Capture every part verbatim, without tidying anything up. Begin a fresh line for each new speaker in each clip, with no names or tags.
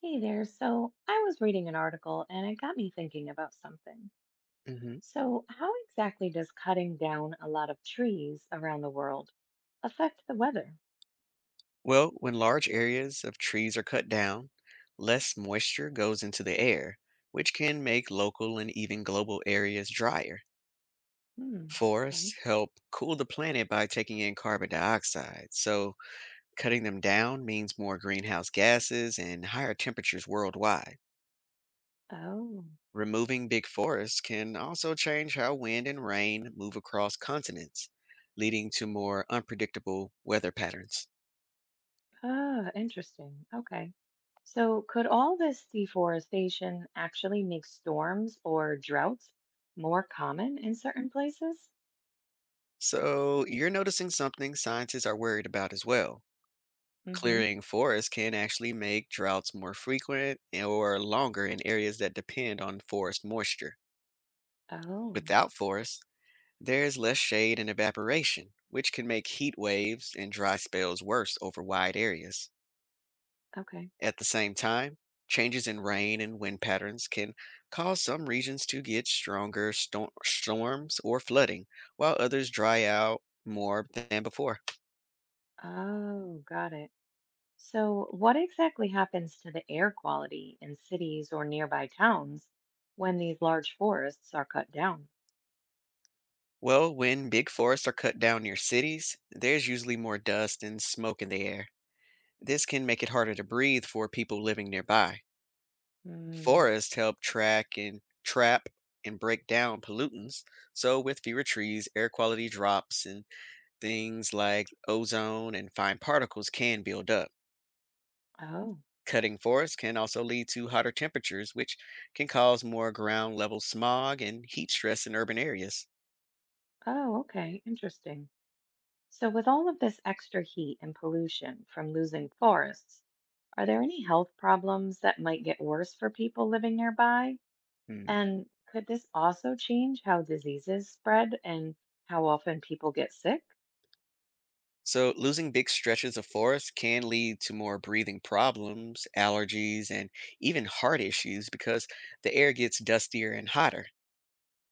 Hey there. So I was reading an article and it got me thinking about something.
Hmm.
So, how exactly does cutting down a lot of trees around the world affect the weather?
Well, when large areas of trees are cut down, less moisture goes into the air, which can make local and even global areas drier.
Hmm. Okay.
Forests help cool the planet by taking in carbon dioxide, so cutting them down means more greenhouse gases and higher temperatures worldwide.
Oh,
Removing big forests can also change how wind and rain move across continents, leading to more unpredictable weather patterns.
ah, interesting. Okay. So, could all this deforestation actually make storms or droughts more common in certain places?
So, you're noticing something scientists are worried about as well.
Mm-hmm.
Clearing forests can actually make droughts more frequent or longer in areas that depend on forest moisture.
Oh,
Without forests, there's less shade and evaporation, which can make heat waves and dry spells worse over wide areas.
okay.
At the same time, changes in rain and wind patterns can cause some regions to get stronger storm- storms or flooding, while others dry out more than before.
Oh, got it. So, what exactly happens to the air quality in cities or nearby towns when these large forests are cut down?
Well, when big forests are cut down near cities, there's usually more dust and smoke in the air. This can make it harder to breathe for people living nearby.
Hmm.
Forests help track and trap and break down pollutants, so with fewer trees, air quality drops and things like ozone and fine particles can build up.
Oh,
Cutting forests can also lead to hotter temperatures, which can cause more ground level smog and heat stress in urban areas.
oh, okay. Interesting. So, with all of this extra heat and pollution from losing forests, are there any health problems that might get worse for people living nearby?
Hmm.
And could this also change how diseases spread and how often people get sick?
So, losing big stretches of forest can lead to more breathing problems, allergies, and even heart issues because the air gets dustier and hotter.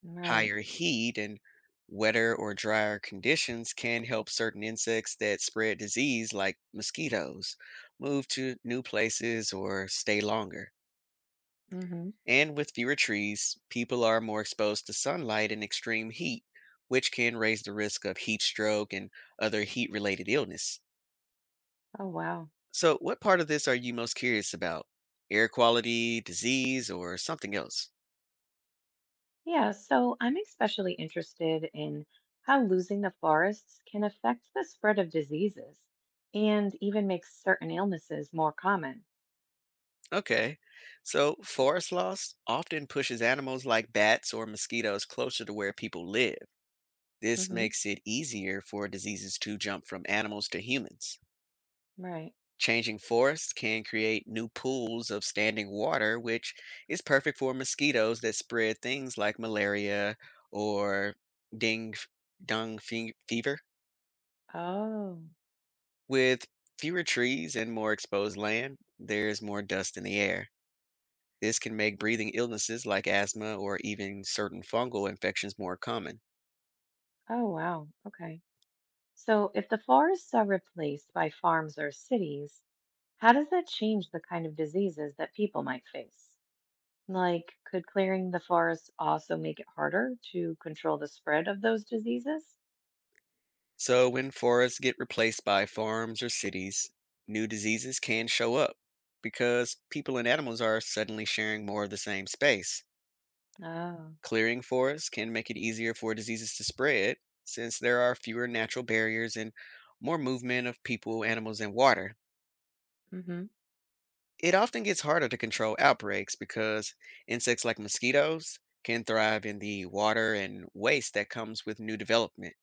Right.
Higher heat and wetter or drier conditions can help certain insects that spread disease, like mosquitoes, move to new places or stay longer.
Mm-hmm.
And with fewer trees, people are more exposed to sunlight and extreme heat, which can raise the risk of heat stroke and other heat related illness.
Oh, wow.
So, what part of this are you most curious about? Air quality, disease, or something else?
Yeah, so I'm especially interested in how losing the forests can affect the spread of diseases and even makes certain illnesses more common.
Okay. So, forest loss often pushes animals like bats or mosquitoes closer to where people live. This
Hmm.
makes it easier for diseases to jump from animals to humans.
Right.
Changing forests can create new pools of standing water, which is perfect for mosquitoes that spread things like malaria or ding, dung fe- fever.
Oh,
With fewer trees and more exposed land, there's more dust in the air. This can make breathing illnesses like asthma or even certain fungal infections more common.
oh, wow. Okay. So if the forests are replaced by farms or cities, how does that change the kind of diseases that people might face? Like, could clearing the forests also make it harder to control the spread of those diseases?
So, when forests get replaced by farms or cities, new diseases can show up because people and animals are suddenly sharing more of the same space.
Oh.
Clearing forests can make it easier for diseases to spread since there are fewer natural barriers and more movement of people, animals, and water.
Hmm.
It often gets harder to control outbreaks because insects like mosquitoes can thrive in the water and waste that comes with new development.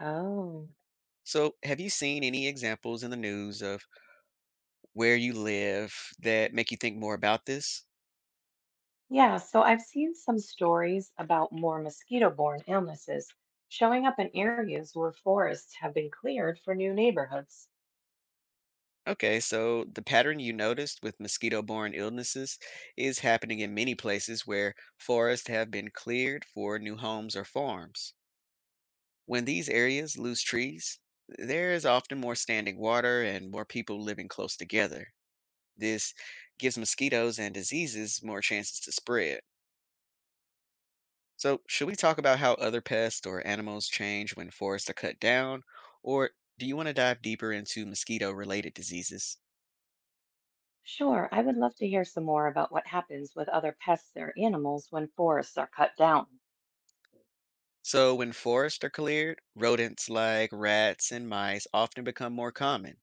Oh.
So, have you seen any examples in the news of where you live that make you think more about this?
Yeah, so I've seen some stories about more mosquito-borne illnesses showing up in areas where forests have been cleared for new neighborhoods.
Okay, so the pattern you noticed with mosquito borne illnesses is happening in many places where forests have been cleared for new homes or farms. When these areas lose trees, there is often more standing water and more people living close together. This gives mosquitoes and diseases more chances to spread. So, should we talk about how other pests or animals change when forests are cut down? Or do you want to dive deeper into mosquito related diseases?
Sure, I would love to hear some more about what happens with other pests or animals when forests are cut down.
So, when forests are cleared, rodents like rats and mice often become more common.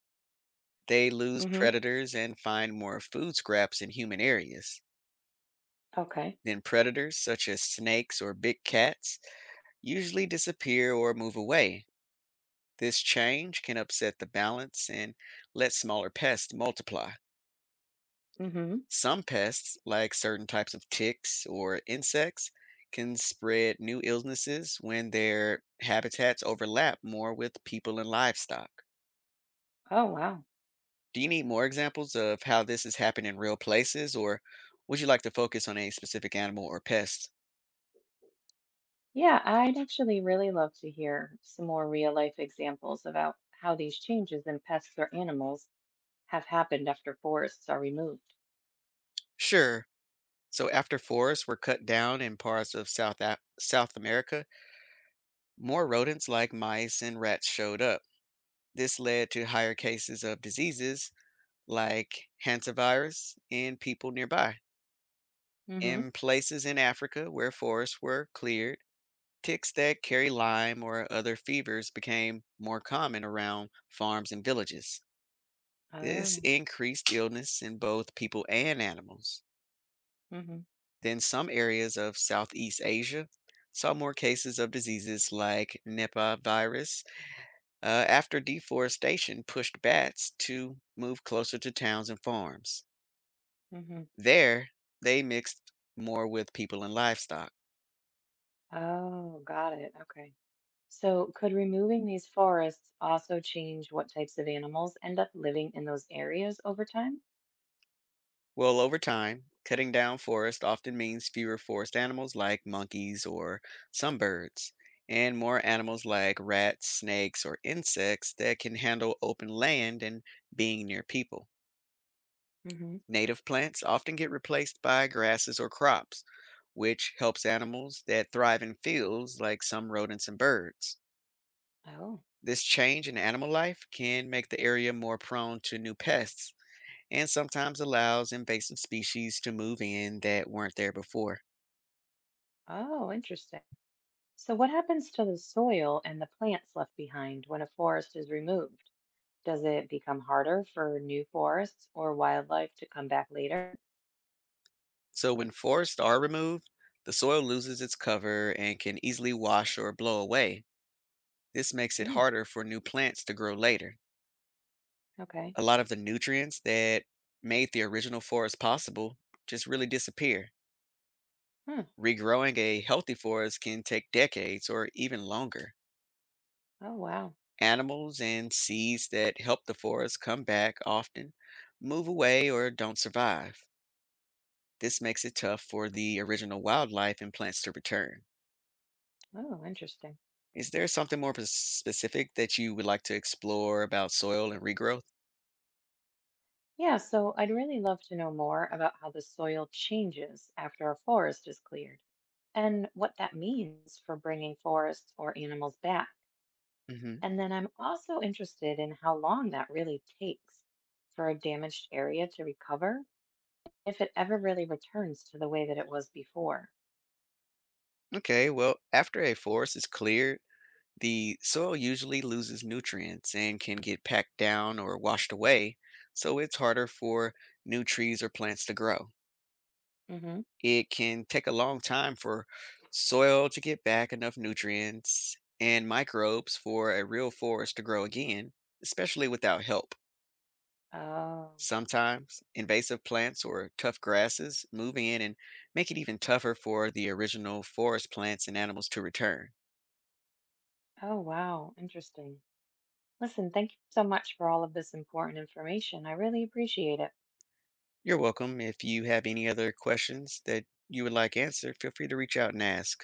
They lose
Mm-hmm.
predators and find more food scraps in human areas.
Okay.
Then, predators such as snakes or big cats usually disappear or move away. This change can upset the balance and let smaller pests multiply.
Mm-hmm.
Some pests, like certain types of ticks or insects, can spread new illnesses when their habitats overlap more with people and livestock.
Oh, wow.
Do you need more examples of how this has happened in real places, or would you like to focus on a specific animal or pest?
Yeah, I'd actually really love to hear some more real-life examples about how these changes in pests or animals have happened after forests are removed.
Sure. So, after forests were cut down in parts of South, Af- South America, more rodents like mice and rats showed up. This led to higher cases of diseases like Hantavirus virus in people nearby.
Mm-hmm.
In places in Africa where forests were cleared, ticks that carry Lyme or other fevers became more common around farms and villages. This
Oh.
increased illness in both people and animals.
Mm-hmm.
Then some areas of Southeast Asia saw more cases of diseases like Nipah virus uh, after deforestation pushed bats to move closer to towns and farms.
Mm-hmm.
There, they mixed more with people and livestock.
Oh, got it. Okay. So, could removing these forests also change what types of animals end up living in those areas over time?
Well, over time, cutting down forest often means fewer forest animals like monkeys or some birds, and more animals like rats, snakes, or insects that can handle open land and being near people.
Hmm.
Native plants often get replaced by grasses or crops, which helps animals that thrive in fields like some rodents and birds.
Oh,
This change in animal life can make the area more prone to new pests and sometimes allows invasive species to move in that weren't there before.
oh, interesting. So, what happens to the soil and the plants left behind when a forest is removed? Does it become harder for new forests or wildlife to come back later?
So, when forests are removed, the soil loses its cover and can easily wash or blow away. This makes it
Mm,
harder for new plants to grow later.
okay.
A lot of the nutrients that made the original forest possible just really disappear.
Huh.
Regrowing a healthy forest can take decades or even longer.
Oh, wow.
Animals and seeds that help the forest come back often move away or don't survive. This makes it tough for the original wildlife and plants to return.
Oh, interesting.
Is there something more pers- specific that you would like to explore about soil and regrowth?
Yeah, so I'd really love to know more about how the soil changes after a forest is cleared and what that means for bringing forests or animals back.
Hmm.
And then I'm also interested in how long that really takes for a damaged area to recover if it ever really returns to the way that it was before.
Okay, well, after a forest is cleared, the soil usually loses nutrients and can get packed down or washed away, so it's harder for new trees or plants to grow.
Mm-hmm.
It can take a long time for soil to get back enough nutrients and microbes for a real forest to grow again, especially without help.
Oh,
Sometimes invasive plants or tough grasses move in and make it even tougher for the original forest plants and animals to return.
oh, wow. Interesting. Listen, thank you so much for all of this important information. I really appreciate it.
You're welcome. If you have any other questions that you would like answered, feel free to reach out and ask.